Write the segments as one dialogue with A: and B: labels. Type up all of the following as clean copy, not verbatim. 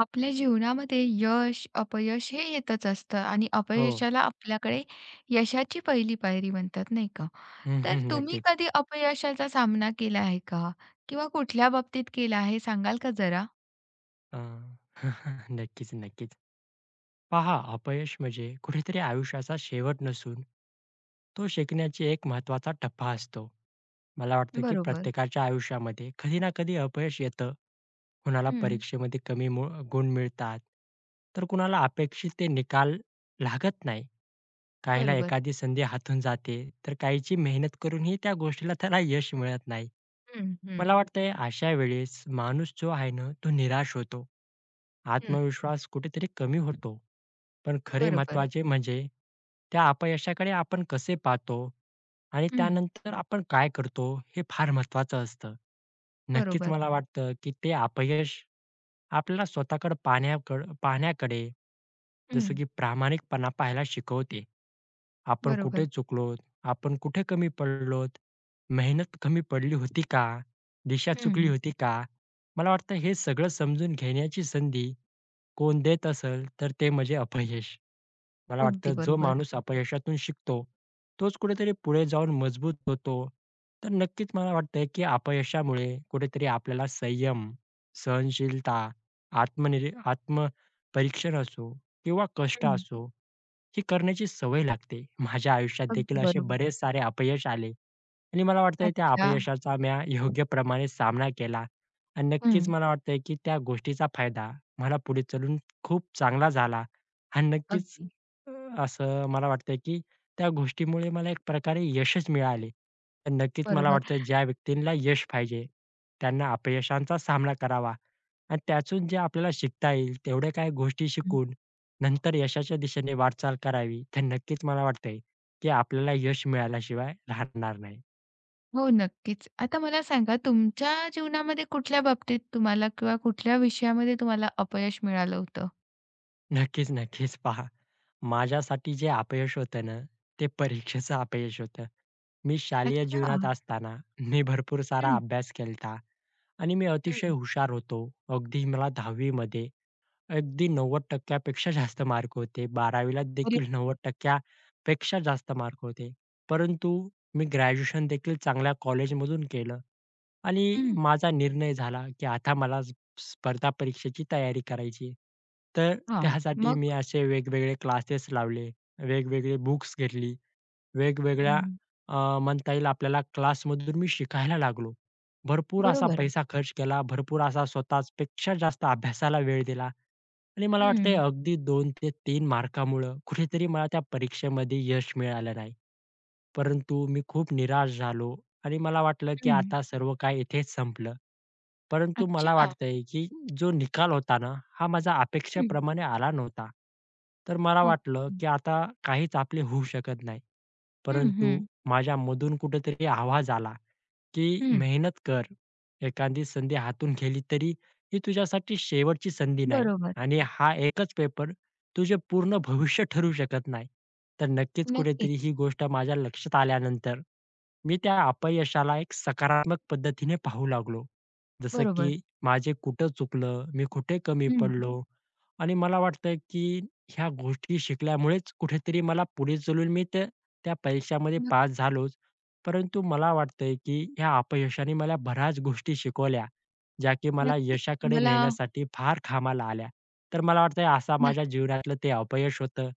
A: आपल्या जीवनामध्ये यश, अपयश हे येतच असतं आणि
B: हो.
A: अपयशाला आपल्याकडे यशाची पहिली पायरी म्हणतात, नाही का?
B: हं,
A: तर
B: हं.
A: तुम्ही
B: नक्कीच.
A: कधी अपयशाचा सामना केला आहे का? किंवा कुठल्या बाबतीत केला आहे सांगाल का जरा?
B: अ, नक्कीच, नक्कीच. पहा, अपयश म्हणजे कुठेतरी आयुष्याचा शेवट नसून तो शिकण्याची एक महत्वाचा टप्पा असतो. मला वाटतं, की
A: बरोबर.
B: प्रत्येकाच्या आयुष्यामध्ये कधी ना कधी अपयश येतं. कुणाला
A: हं.
B: परीक्षेमध्ये कमी गुण मिळतात, तर कुणाला अपेक्षित ते निकाल लागत नाही. काहीला
A: बरोबर.
B: एखादी संधी हातून जाते, तर काहीची मेहनत करूनही त्या गोष्टीला त्याला यश मिळत नाही.
A: हं, हं,
B: मला वाटतंय, अशा वेळेस माणूस जो आहे ना, तो निराश होतो.
A: हं.
B: आत्मविश्वास कुठेतरी कमी होतो. पण खरे
A: बरोबर.
B: महत्त्वाचे म्हणजे त्या अपयशाकडे आपण कसे पाहतो आणि
A: हं.
B: त्यानंतर आपण काय करतो हे फार महत्त्वाचं असतं. नक्कीच
A: बरोबर.
B: मला वाटतं, की ते अपयश आपल्याला स्वतःकडे पाहण्याकडे जसं
A: हं.
B: की प्रामाणिकपणा पाहायला शिकवते. आपण कुठे
A: बरोबर.
B: चुकलोत? आपण कुठे कमी पडलोत? मेहनत कमी पडली होती का? दिशा
A: हं.
B: चुकली होती का? मला वाटतं हे सगळं समजून घेण्याची संधी कोण देत असेल तर ते म्हणजे अपयश. मला
A: अगदी
B: वाटतं जो
A: बरोबर.
B: माणूस अपयशातून शिकतो, तोच कुठेतरी पुढे जाऊन मजबूत होतो. तर नक्कीच मला वाटतंय, की अपयशामुळे कुठेतरी आपल्याला संयम, सहनशीलता, आत्मपरीक्षण असो किंवा कष्ट
A: हं.
B: असो, ही करण्याची सवय लागते. माझ्या आयुष्यात देखील
A: अगदी
B: असे
A: बरोबर.
B: बरेच सारे अपयश आले आणि मला वाटतंय त्या
A: अच्छा.
B: अपयशाचा म्या योग्य प्रमाणे सामना केला आणि
A: हं.
B: नक्कीच मला वाटतंय, की त्या गोष्टीचा फायदा मला पुढे चालून खूप चांगला झाला आणि नक्कीच
A: अगदी.
B: असं मला वाटतं, की त्या गोष्टीमुळे मला एक प्रकारे यशच मिळाले. तर नक्कीच मला
A: बरोबर.
B: वाटतं ज्या व्यक्तींना यश पाहिजे, त्यांना अपयशांचा सामना करावा आणि त्यातून जे आपल्याला शिकता येईल तेवढ्या काही गोष्टी शिकून नंतर यशाच्या दिशेने वाटचाल करावी. तर नक्कीच मला वाटतंय, की आपल्याला यश मिळाल्याशिवाय राहणार नाही.
A: हो, नक्कीच. आता मला सांगा तुमच्या जीवनामध्ये कुठल्या बाबतीत तुम्हाला किंवा कुठल्या विषयामध्ये तुम्हाला अपयश मिळालं होतं?
B: नक्कीच, नक्कीच. पहा, माझ्यासाठी जे अपयश होतं ना, ते परीक्षेचं अपयश होतं. मी शालेय
A: अच्छा.
B: जीवनात असताना मी भरपूर सारा
A: हं,
B: अभ्यास केला आणि मी
A: हं.
B: अतिशय हुशार होतो. अगदी मला 10वी मध्ये अगदी 90% जास्त मार्क होते. 12वीला
A: अरे
B: देखील 90% जास्त मार्क होते. परंतु मी ग्रॅज्युएशन देखील चांगल्या कॉलेजमधून केलं आणि
A: हं.
B: माझा निर्णय झाला, की आता मला स्पर्धा परीक्षेची तयारी करायची आहे. तर
A: हां.
B: त्यासाठी
A: मग?
B: मी असे वेगवेगळे क्लासेस लावले, वेगवेगळे बुक्स घेतली वेगवेगळ्या
A: हं.
B: म्हणता येईल आपल्याला क्लासमधून मी शिकायला लागलो. भरपूर असा
A: बरोबर.
B: पैसा खर्च केला, भरपूर असा स्वतःपेक्षा जास्त अभ्यासाला वेळ दिला. आणि मला वाटतंय
A: हं,
B: अगदी 2 ते 3 मार्कामुळं कुठेतरी मला त्या परीक्षेमध्ये यश मिळालं नाही. परंतु मी खूप निराश झालो आणि मला वाटलं, की
A: हं.
B: आता सर्व काही इथेच संपलं. परंतु मला
A: अच्छा.
B: वाटतंय, की जो निकाल होता ना, हा माझ्या
A: हं.
B: अपेक्षेप्रमाणे आला नव्हता. तर मला वाटलं,
A: ओके.
B: की आता काहीच आपले होऊ शकत नाही.
A: हं,
B: परंतु
A: हं.
B: माझ्यामधून कुठेतरी आवाज आला. की
A: हं.
B: मेहनत कर. एखादी संधी हातून गेली तरी ही तुझ्यासाठी शेवटची संधी नाही
A: बरोबर.
B: आणि हा एकच पेपर तुझे पूर्ण भविष्य ठरू शकत नाही. तर नक्कीच कुठेतरी
A: नक्कीच.
B: ही गोष्ट माझ्या लक्षात आल्यानंतर मी त्या अपयशाला एक सकारात्मक पद्धतीने पाहू लागलो. जसं
A: बरोबर.
B: की माझे कुठं चुकलं, मी कुठे कमी
A: हं.
B: पडलो आणि मला वाटतं की ह्या गोष्टी शिकल्यामुळेच कुठेतरी मला पुढे चालून मी त्या त्या परीक्षामध्ये
A: नक्क
B: पास झालोच. परंतु मला वाटतंय, की ह्या अपयशाने मला बऱ्याच गोष्टी शिकवल्या, ज्या की मला
A: नक्कीच
B: यशाकडे
A: मला
B: नेण्यासाठी फार कामाला आल्या. तर मला वाटतंय असा
A: नक्क
B: माझ्या जीवनातलं ते अपयश होतं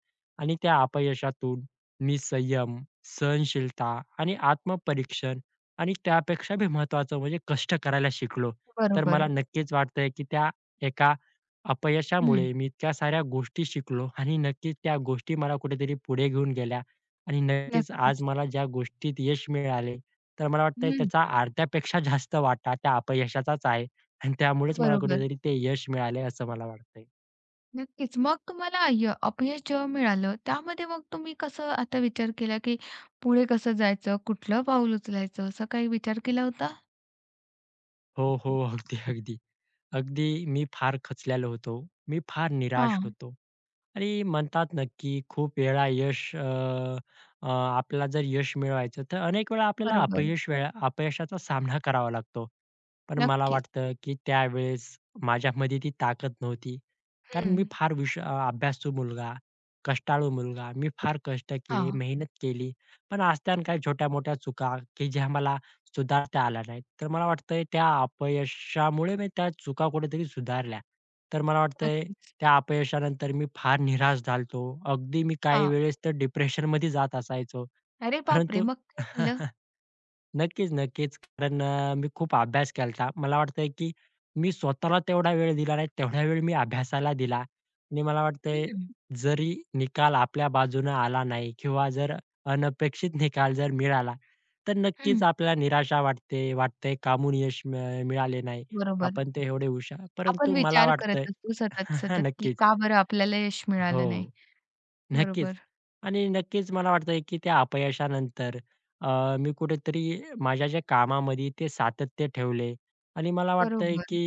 B: आणि त्या अपयशातून मी संयम, सहनशीलता आणि आत्मपरीक्षण आणि त्यापेक्षा बी महत्त्वाचं म्हणजे कष्ट करायला शिकलो. तर
A: बरोबर.
B: मला नक्कीच वाटतंय, की त्या एका
A: हं.
B: अपयशामुळे मी इतक्या साऱ्या गोष्टी शिकलो आणि नक्कीच त्या गोष्टी मला कुठेतरी पुढे घेऊन गेल्या आणि नक्कीच आज
A: नक्कीच.
B: मला ज्या गोष्टीत यश मिळाले, तर मला वाटतंय
A: हं.
B: त्याचा अर्ध्यापेक्षा जास्त वाटा त्या अपयशाचाच आहे आणि त्यामुळेच मला
A: बरोबर.
B: कुठेतरी ते यश मिळाले असं मला वाटतंय.
A: नक्कीच. मग तुम्हाला अपयश जेव्हा मिळालं, त्यामध्ये मग तुम्ही कसं आता विचार केला, की पुढे कसं जायचं? कुठलं पाऊल उचलायचं? असं काही विचार केला होता?
B: हो, हो. अगदी, अगदी. अगदी मी फार खचलेलो होतो. मी फार निराश
A: हां.
B: होतो आणि म्हणतात ना, खूप वेळा आपल्याला जर यश मिळवायचं, तर अनेक वेळा आपल्याला
A: बरोबर.
B: अपयश वेळा अपयशाचा सामना करावा लागतो. पण मला
A: नक्कीच.
B: वाटतं, की त्यावेळेस माझ्यामध्ये ती ताकद नव्हती. कारण
A: हं.
B: मी फार अभ्यासू मुलगा, कष्टाळू मुलगा. मी फार कष्ट केले,
A: हां.
B: मेहनत केली. पण असत्यानं काही छोट्या-मोठ्या चुका, की ज्या मला सुधारता आल्या नाहीत. तर मला वाटतंय त्या अपयशामुळे मी त्या चुका कुठेतरी सुधारल्या. तर मला वाटतंय
A: नक्कीच.
B: त्या अपयशानंतर मी फार निराश झालो अगदी मी काही
A: हां.
B: वेळेस तर डिप्रेशनमध्ये जात असायचो.
A: अरे बापरे!
B: परंतु
A: मग काय केलं?
B: नक्कीच, नक्कीच. कारण मी खूप अभ्यास केलता. मला वाटतंय, की मी स्वतःला तेवढा वेळ दिला नाही, तेवढा वेळ मी अभ्यासाला दिला. आणि मला वाटतंय,
A: हं.
B: जरी निकाल आपल्या बाजूनं आला नाही किंवा जर अनपेक्षित निकाल जर मिळाला, तर
A: हं.
B: नक्कीच आपल्याला निराशा वाटते, वाटतंय कामून यश मिळाले नाही.
A: बरोबर.
B: आपण ते एवढे हुशार
A: आपण
B: परंतु मला
A: विचार
B: वाटतंय
A: करत असतो सतत, सतत, की
B: नक्कीच.
A: का बरं आपल्याला यश
B: हो.
A: मिळालं नाही? बरोबर.
B: नक्कीच. आणि नक्कीच मला वाटतंय, की त्या अपयशानंतर अ, मी कुठेतरी माझ्या ज्या कामामध्ये ते सातत्य ठेवले आणि मला वाटतंय,
A: बरोबर.
B: की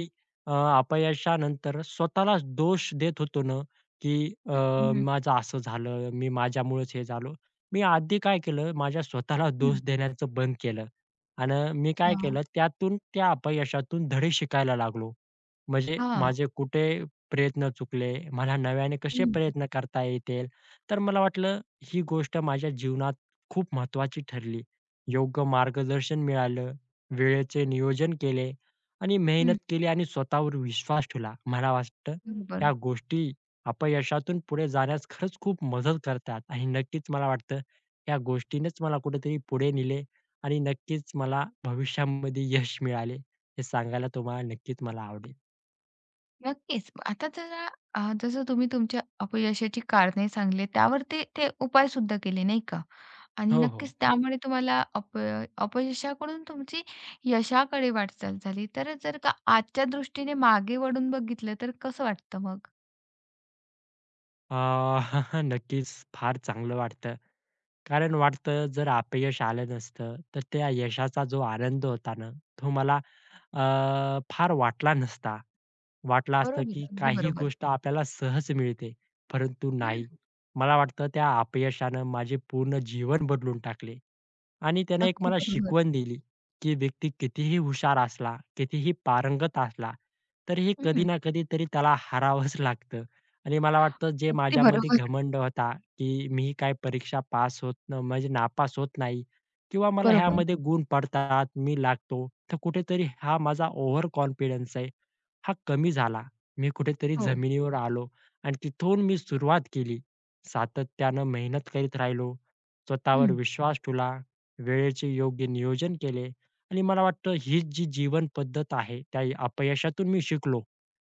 B: अ, अपयशानंतर स्वतःलाच दोष देत होतो ना, की अ,
A: हं. हं.
B: माझं असं झालं, मी माझ्यामुळेच हे झालो. मी आधी काय केलं, माझ्या स्वतःला
A: हं.
B: दोष देण्याचं बंद केलं आणि मी काय
A: अच्छा.
B: केलं, त्यातून त्या अपयशातून धडे शिकायला लागलो. म्हणजे
A: हां.
B: माझे कुठे प्रयत्न चुकले, मला नव्याने कसे
A: हं.
B: प्रयत्न करता येतील. तर मला वाटलं ही गोष्ट माझ्या जीवनात खूप महत्त्वाची ठरली. योग्य मार्गदर्शन मिळालं, वेळेचे नियोजन केले आणि मेहनत
A: हं.
B: केली आणि स्वतःवर विश्वास ठेवला. मला वाटतं
A: बरोबर.
B: या गोष्टी अपयशातून पुढे जाण्यास खरंच खूप मदत करतात आणि नक्कीच मला वाटतं या गोष्टीनेच मला कुठेतरी पुढे नेले आणि नक्कीच मला भविष्यामध्ये यश मिळाले. हे सांगायला तुम्हाला नक्कीच मला आवडेल.
A: नक्कीच. आता जरा जसं तुम्ही तुमच्या अपयशाची कारणे सांगले, त्यावर ते ते उपायसुद्धा केले, नाही का? आणि
B: हो,
A: नक्कीच
B: हो.
A: हो. त्यामुळे तुम्हाला अपयशाकडून तुमची यशाकडे वाटचाल झाली. तर जर का आजच्या दृष्टीने मागे वळून बघितलं, तर कसं वाटतं मग?
B: अ, नक्कीच फार चांगलं वाटतं. कारण वाटतं जर अपयश आलं नसतं, तर त्या यशाचा जो आनंद होता ना, तो मला फार वाटला नसता. वाटला असतं
A: बरोबर,
B: की
A: अगदी
B: काही
A: बरोबर.
B: गोष्ट आपल्याला सहज मिळते, परंतु नाही.
A: हं,
B: मला वाटतं त्या अपयशानं माझे पूर्ण जीवन बदलून टाकले. आणि त्याने एक
A: अगदी
B: मला
A: बरोबर.
B: शिकवण दिली, की व्यक्ती कितीही हुशार असला, कितीही पारंगत असला, तरीही कधी
A: हं,
B: ना कधीतरी त्याला हारावंच लागतं. आणि मला वाटतं जे
A: अगदी
B: माझ्यामध्ये
A: बरोबर.
B: घमंड होता, की मी काय परीक्षा पास होत न म्हणजे नापास होत नाही किंवा मला
A: बरोबर.
B: ह्यामध्ये गुण पडतात, मी लागतो. तर कुठेतरी हा माझा ओव्हर कॉन्फिडन्स आहे. हा कमी झाला. मी कुठेतरी
A: हो.
B: जमिनीवर आलो आणि तिथून मी सुरुवात केली. सातत्यानं मेहनत करीत राहिलो. स्वतःवर
A: हं,
B: विश्वास ठेवला. वेळेचे योग्य नियोजन केले आणि मला वाटतं हीच जी जीवन पद्धत आहे, त्या अपयशातून मी शिकलो.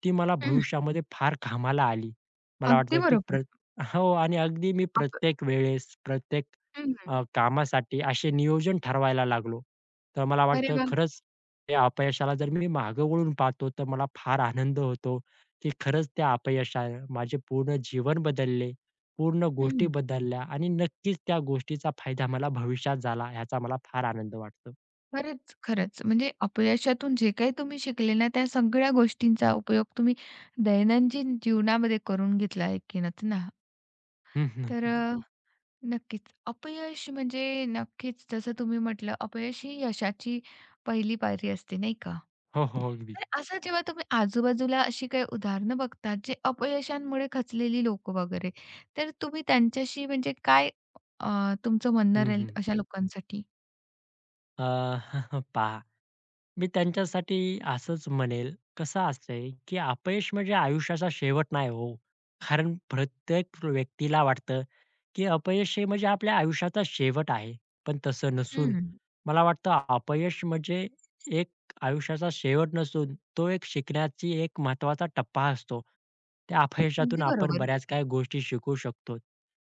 B: ती मला
A: हं.
B: भविष्यामध्ये फार कामाला आली. मला
A: अगदी
B: वाटतं की
A: बरोबर.
B: हो आणि अगदी मी
A: आप
B: प्रत्येक वेळेस, प्रत्येक
A: हं.
B: कामासाठी असे नियोजन ठरवायला लागलो. तर मला
A: अरे
B: वाटतं
A: वाह!
B: खरंच त्या अपयशाला जर मी मागे वळून पाहतो, तर मला फार आनंद होतो, की खरंच त्या अपयशाने माझे पूर्ण जीवन बदलले, पूर्ण गोष्टी
A: हं.
B: बदलल्या आणि नक्कीच त्या गोष्टीचा फायदा मला भविष्यात झाला याचा मला फार आनंद वाटतो.
A: खरंच, खरंच. म्हणजे अपयशातून जे काही तुम्ही शिकले ना, त्या सगळ्या गोष्टींचा उपयोग तुम्ही दैनंदिन जीवनामध्ये करून घेतला एकंदरीत ना.
B: हं,
A: तर
B: नक्कीच.
A: हो. नक्कीच. अपयश म्हणजे नक्कीच जसं तुम्ही म्हटलं, अपयश ही यशाची पहिली पायरी असते, नाही का?
B: हो, हो. अगदी.
A: तर असं जेव्हा तुम्ही आजूबाजूला अशी काही उदाहरणं बघतात, जे अपयशांमुळे खचलेली लोकं वगैरे, तर तुम्ही त्यांच्याशी म्हणजे काय अ, तुमचं म्हणणं
B: हं,
A: राहील
B: हं.
A: अशा लोकांसाठी?
B: अ, पहा, मी त्यांच्यासाठी असंच म्हणेल, कसं असतंय, की अपयश म्हणजे आयुष्याचा शेवट नाही हो. कारण प्रत्येक व्यक्तीला वाटतं, की अपयश हे म्हणजे आपल्या आयुष्याचा शेवट आहे. पण तसं नसून
A: हं.
B: मला वाटतं अपयश म्हणजे एक आयुष्याचा शेवट नसून तो एक शिकण्याची एक महत्त्वाचा टप्पा असतो. त्या अपयशातून
A: अगदी
B: आपण
A: बरोबर.
B: बऱ्याच काही गोष्टी शिकू शकतो.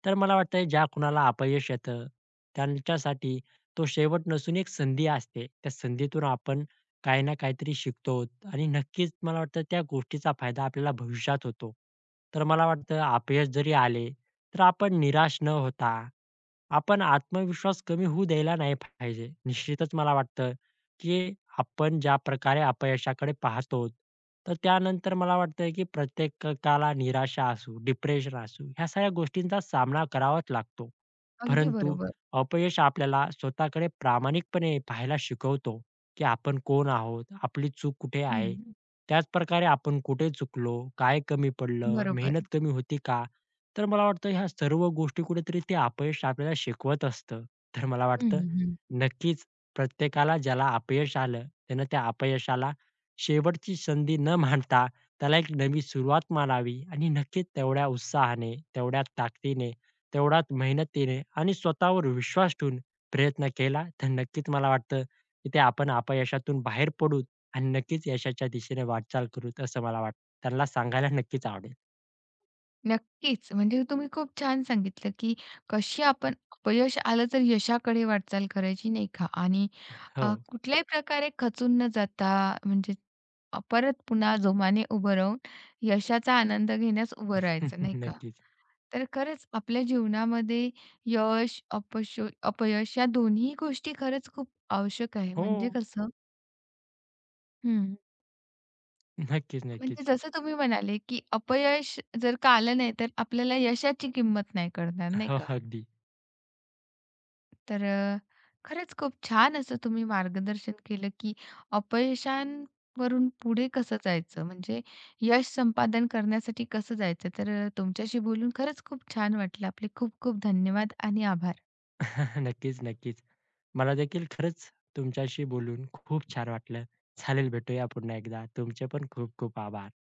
B: तर मला वाटतंय ज्या कुणाला अपयश येतं, त्यांच्यासाठी तो शेवट नसून एक संधी असते. त्या संधीतून आपण काही ना काहीतरी शिकतो आणि नक्कीच मला वाटतं त्या गोष्टीचा फायदा आपल्याला भविष्यात होतो. तर मला वाटतं अपयश जरी आले, तर आपण निराश न होता आपण आत्मविश्वास कमी होऊ द्यायला नाही पाहिजे. निश्चितच मला वाटतं, की आपण ज्या प्रकारे अपयशाकडे पाहतो, तर त्यानंतर मला वाटतं, की प्रत्येकाला निराशा असू, डिप्रेशन असू, ह्या सगळ्या गोष्टींचा सामना करावाच लागतो.
A: अगदी
B: परंतु
A: बरोबर.
B: अपयश आपल्याला स्वतःकडे प्रामाणिकपणे पाहायला शिकवतो, की आपण कोण आहोत, आपली चूक कुठे आहे.
A: हं.
B: त्याचप्रकारे आपण कुठे चुकलो, काय कमी पडलं,
A: बरोबर.
B: मेहनत कमी होती का? तर मला वाटतं ह्या सर्व गोष्टी कुठेतरी ते अपयश आपल्याला शिकवत असतं. तर मला
A: हं,
B: वाटतं
A: हं.
B: नक्कीच प्रत्येकाला ज्याला अपयश आलं, त्यानं त्या अपयशाला शेवटची संधी न मानता त्याला एक नवी सुरुवात मानावी आणि नक्कीच तेवढ्या उत्साहाने, तेवढ्या ताकदीने, तेवढ्याच मेहनतीने आणि स्वतःवर विश्वास ठेवून प्रयत्न केला, तर नक्कीच मला वाटतं की ते आपण अपयशातून बाहेर पडू आणि नक्कीच यशाच्या दिशेने वाटचाल करूत असं मला वाटतं. त्यांना सांगायला नक्कीच आवडेल.
A: नक्कीच. म्हणजे तुम्ही खूप छान सांगितलं, की कशी आपण अपयश आलं तर यशाकडे वाटचाल करायची नाही का? आणि
B: हो.
A: कुठल्याही प्रकारे खचून न जाता म्हणजे परत पुन्हा जोमाने उभं राहून यशाचा आनंद घेण्यास उभं राहायचं नाही का?
B: नक्की.
A: तर खरंच आपल्या जीवनामध्ये यश, अपयश या दोन्ही गोष्टी खरंच खूप आवश्यक आहे.
B: हो.
A: म्हणजे कसं हं.
B: नक्कीच,
A: म्हणजे
B: नक्कीच.
A: जसं तुम्ही म्हणाले, की अपयश जर का आलं नाही, तर आपल्याला यशाची किंमत नाही कळणार, नाही
B: हो,
A: का?
B: अगदी.
A: तर खरंच खूप छान असं तुम्ही मार्गदर्शन केलं, की अपयशांवरून पुढे कसं जायचं, म्हणजे यश संपादन करण्यासाठी कसं जायचं. तर तुमच्याशी बोलून खरंच खूप छान वाटलं. आपले खूप खूप धन्यवाद आणि आभार.
B: नक्कीच, नक्कीच. मला देखील खरंच तुमच्याशी बोलून खूप छान वाटलं. चालेल, भेटूया पुन्हा एकदा. तुमचे पण खूप खूप आभार.